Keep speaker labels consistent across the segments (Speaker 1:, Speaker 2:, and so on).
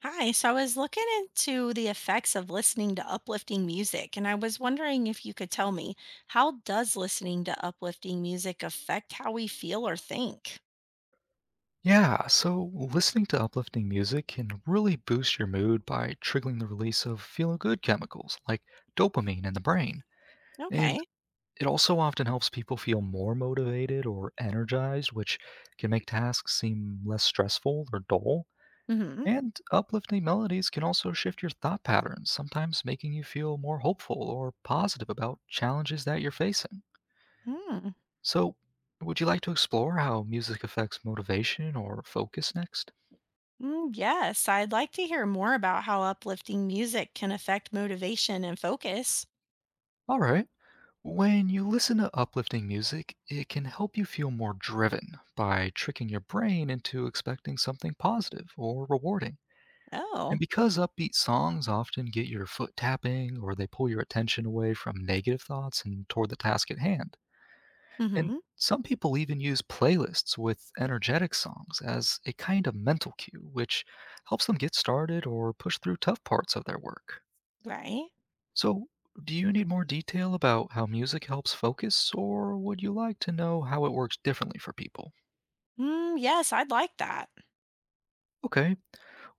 Speaker 1: Hi, so I was looking into the effects of listening to uplifting music, and I was wondering if you could tell me how does listening to uplifting music affect how we feel or think?
Speaker 2: Yeah, so listening to uplifting music can really boost your mood by triggering the release of feel good chemicals like dopamine in the brain. And
Speaker 1: Okay.
Speaker 2: it also often helps people feel more motivated or energized, which can make tasks seem less stressful or dull.
Speaker 1: Mm-hmm.
Speaker 2: And uplifting melodies can also shift your thought patterns, sometimes making you feel more hopeful or positive about challenges that you're facing.
Speaker 1: Mm.
Speaker 2: So, would you like to explore how music affects motivation or focus next?
Speaker 1: Mm, yes, I'd like to hear more about how uplifting music can affect motivation and focus.
Speaker 2: All right. When you listen to uplifting music, it can help you feel more driven by tricking your brain into expecting something positive or rewarding.
Speaker 1: Oh.
Speaker 2: And because upbeat songs often get your foot tapping or they pull your attention away from negative thoughts and toward the task at hand. And
Speaker 1: Mm-hmm.
Speaker 2: some people even use playlists with energetic songs as a kind of mental cue, which helps them get started or push through tough parts of their work.
Speaker 1: Right.
Speaker 2: So, do you need more detail about how music helps focus, or would you like to know how it works differently for people?
Speaker 1: Mm, yes, I'd like that.
Speaker 2: Okay,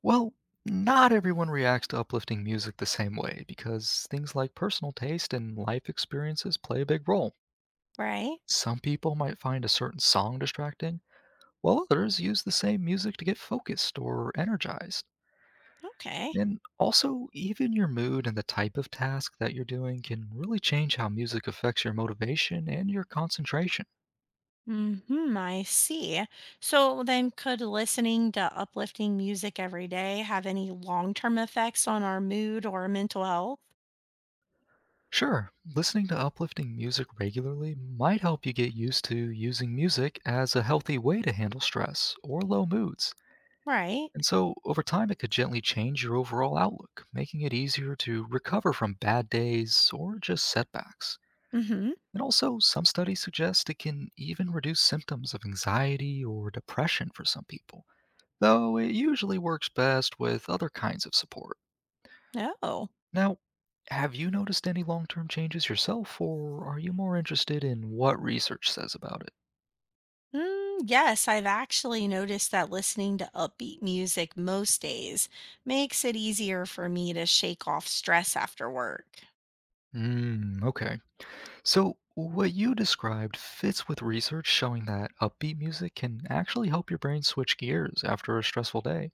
Speaker 2: well, not everyone reacts to uplifting music the same way because things like personal taste and life experiences play a big role.
Speaker 1: Right.
Speaker 2: Some people might find a certain song distracting, while others use the same music to get focused or energized.
Speaker 1: Okay.
Speaker 2: And also, even your mood and the type of task that you're doing can really change how music affects your motivation and your concentration.
Speaker 1: Hmm, I see. So then, could listening to uplifting music every day have any long-term effects on our mood or mental health?
Speaker 2: Sure, listening to uplifting music regularly might help you get used to using music as a healthy way to handle stress or low moods.
Speaker 1: Right.
Speaker 2: And so, over time, it could gently change your overall outlook, making it easier to recover from bad days or just setbacks.
Speaker 1: Mm-hmm.
Speaker 2: And also, some studies suggest it can even reduce symptoms of anxiety or depression for some people, though it usually works best with other kinds of support.
Speaker 1: Oh.
Speaker 2: Now, have you noticed any long term changes yourself, or are you more interested in what research says about it?
Speaker 1: Mm, yes, I've actually noticed that listening to upbeat music most days makes it easier for me to shake off stress after work.
Speaker 2: Mm, okay. So, what you described fits with research showing that upbeat music can actually help your brain switch gears after a stressful day.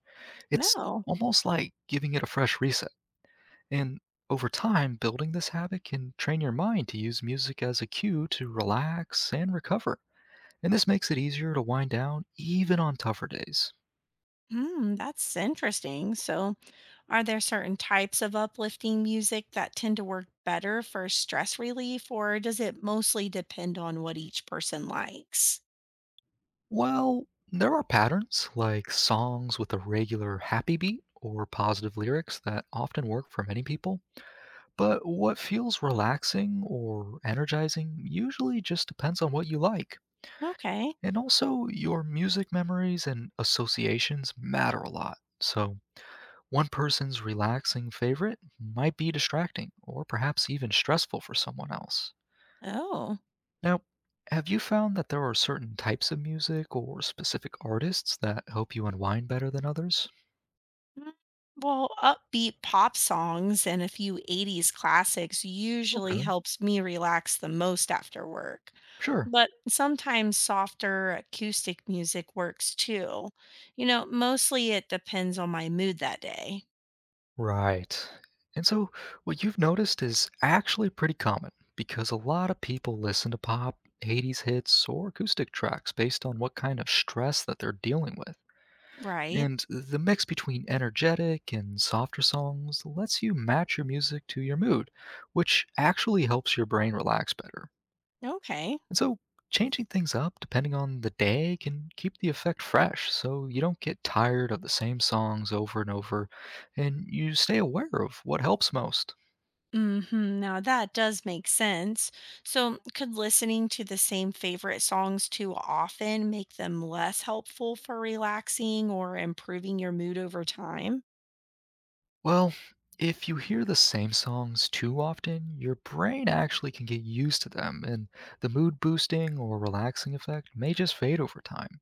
Speaker 2: It's
Speaker 1: No.
Speaker 2: almost like giving it a fresh reset. And over time, building this habit can train your mind to use music as a cue to relax and recover. And this makes it easier to wind down even on tougher days.
Speaker 1: Hmm, that's interesting. So, are there certain types of uplifting music that tend to work better for stress relief, or does it mostly depend on what each person likes?
Speaker 2: Well, there are patterns like songs with a regular happy beat or positive lyrics that often work for many people. But what feels relaxing or energizing usually just depends on what you like.
Speaker 1: Okay.
Speaker 2: And also, your music memories and associations matter a lot. So, one person's relaxing favorite might be distracting or perhaps even stressful for someone else.
Speaker 1: Oh.
Speaker 2: Now, have you found that there are certain types of music or specific artists that help you unwind better than others?
Speaker 1: Mm. Well, upbeat pop songs and a few 80s classics
Speaker 2: Okay,
Speaker 1: usually helps me relax the most after work.
Speaker 2: sure.
Speaker 1: But sometimes softer acoustic music works too. You know, mostly it depends on my mood that day.
Speaker 2: Right. And so, what you've noticed is actually pretty common because a lot of people listen to pop, 80s hits, or acoustic tracks based on what kind of stress that they're dealing with.
Speaker 1: Right.
Speaker 2: And the mix between energetic and softer songs lets you match your music to your mood, which actually helps your brain relax better.
Speaker 1: Okay.
Speaker 2: And so, changing things up depending on the day can keep the effect fresh so you don't get tired of the same songs over and over, and you stay aware of what helps most.
Speaker 1: Mhm. Now that does make sense. So, could listening to the same favorite songs too often make them less helpful for relaxing or improving your mood over time?
Speaker 2: Well, if you hear the same songs too often, your brain actually can get used to them, and the mood boosting or relaxing effect may just fade over time.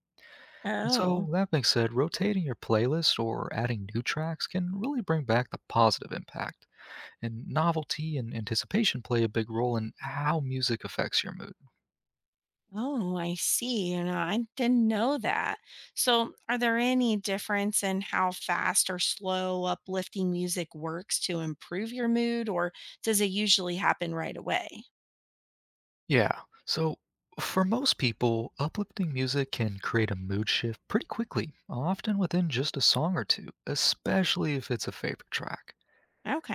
Speaker 2: And
Speaker 1: Oh,
Speaker 2: so, that being said, rotating your playlist or adding new tracks can really bring back the positive impact, and novelty and anticipation play a big role in how music affects your mood.
Speaker 1: oh, I see. And I didn't know that. So, are there any difference in how fast or slow uplifting music works to improve your mood, or does it usually happen right away?
Speaker 2: Yeah. So, for most people, uplifting music can create a mood shift pretty quickly, often within just a song or two, especially if it's a favorite track.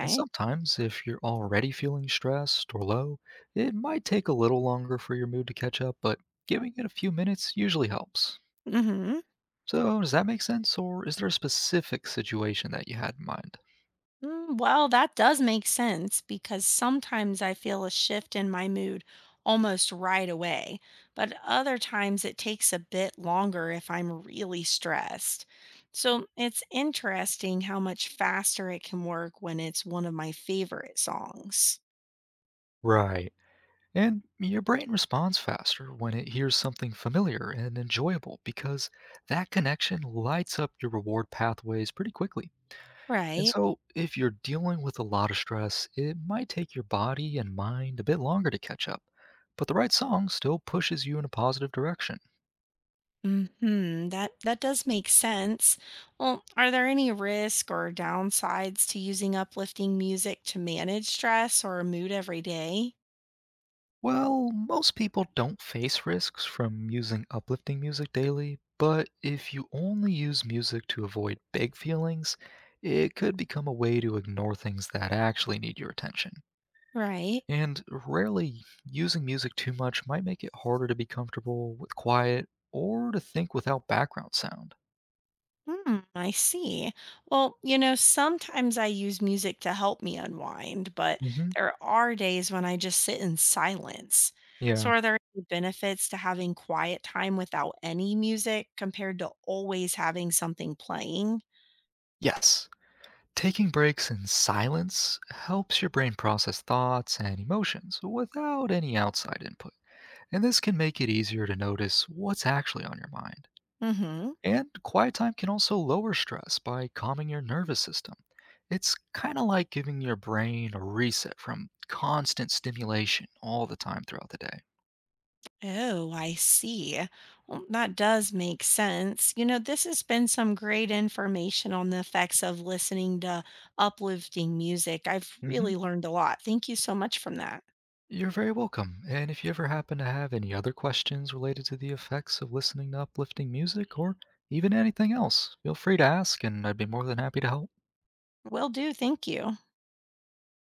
Speaker 2: And sometimes, if you're already feeling stressed or low, it might take a little longer for your mood to catch up, but giving it a few minutes usually helps.
Speaker 1: Mhm.
Speaker 2: So, does that make sense, or is there a specific situation that you had in mind?
Speaker 1: Mm, well, that does make sense because sometimes I feel a shift in my mood almost right away, but other times it takes a bit longer if I'm really stressed. So it's interesting how much faster it can work when it's one of my favorite songs.
Speaker 2: Right. And your brain responds faster when it hears something familiar and enjoyable because that connection lights up your reward pathways pretty quickly. And
Speaker 1: Right.
Speaker 2: so, if you're dealing with a lot of stress, it might take your body and mind a bit longer to catch up, but the right song still pushes you in a positive direction.
Speaker 1: Hmm. That does make sense. Well, are there any risk or downsides to using uplifting music to manage stress or mood every day?
Speaker 2: Well, most people don't face risks from using uplifting music daily, but if you only use music to avoid big feelings, it could become a way to ignore things that actually need your attention.
Speaker 1: Right.
Speaker 2: And rarely, using music too much might make it harder to be comfortable with quiet or to think without background sound.
Speaker 1: Hmm, I see. Well, you know, sometimes I use music to help me unwind, but
Speaker 2: hmm
Speaker 1: there are days when I just sit in silence. So,
Speaker 2: Yeah.
Speaker 1: are there any benefits to having quiet time without any music compared to always having something playing?
Speaker 2: Yes. Taking breaks in silence helps your brain process thoughts and emotions without any outside input, and this can make it easier to notice what's actually on your mind.
Speaker 1: Mm-hmm.
Speaker 2: And quiet time can also lower stress by calming your nervous system. It's kind of like giving your brain a reset from constant stimulation all the time throughout the day.
Speaker 1: Oh, I see. Well, that does make sense. You know, this has been some great information on the effects of listening to uplifting music. I've
Speaker 2: hmm
Speaker 1: really learned a lot. Thank you so much from that.
Speaker 2: You're very welcome. And if you ever happen to have any other questions related to the effects of listening to uplifting music or even anything else, feel free to ask, and I'd be more than happy to help.
Speaker 1: Will do. Thank you.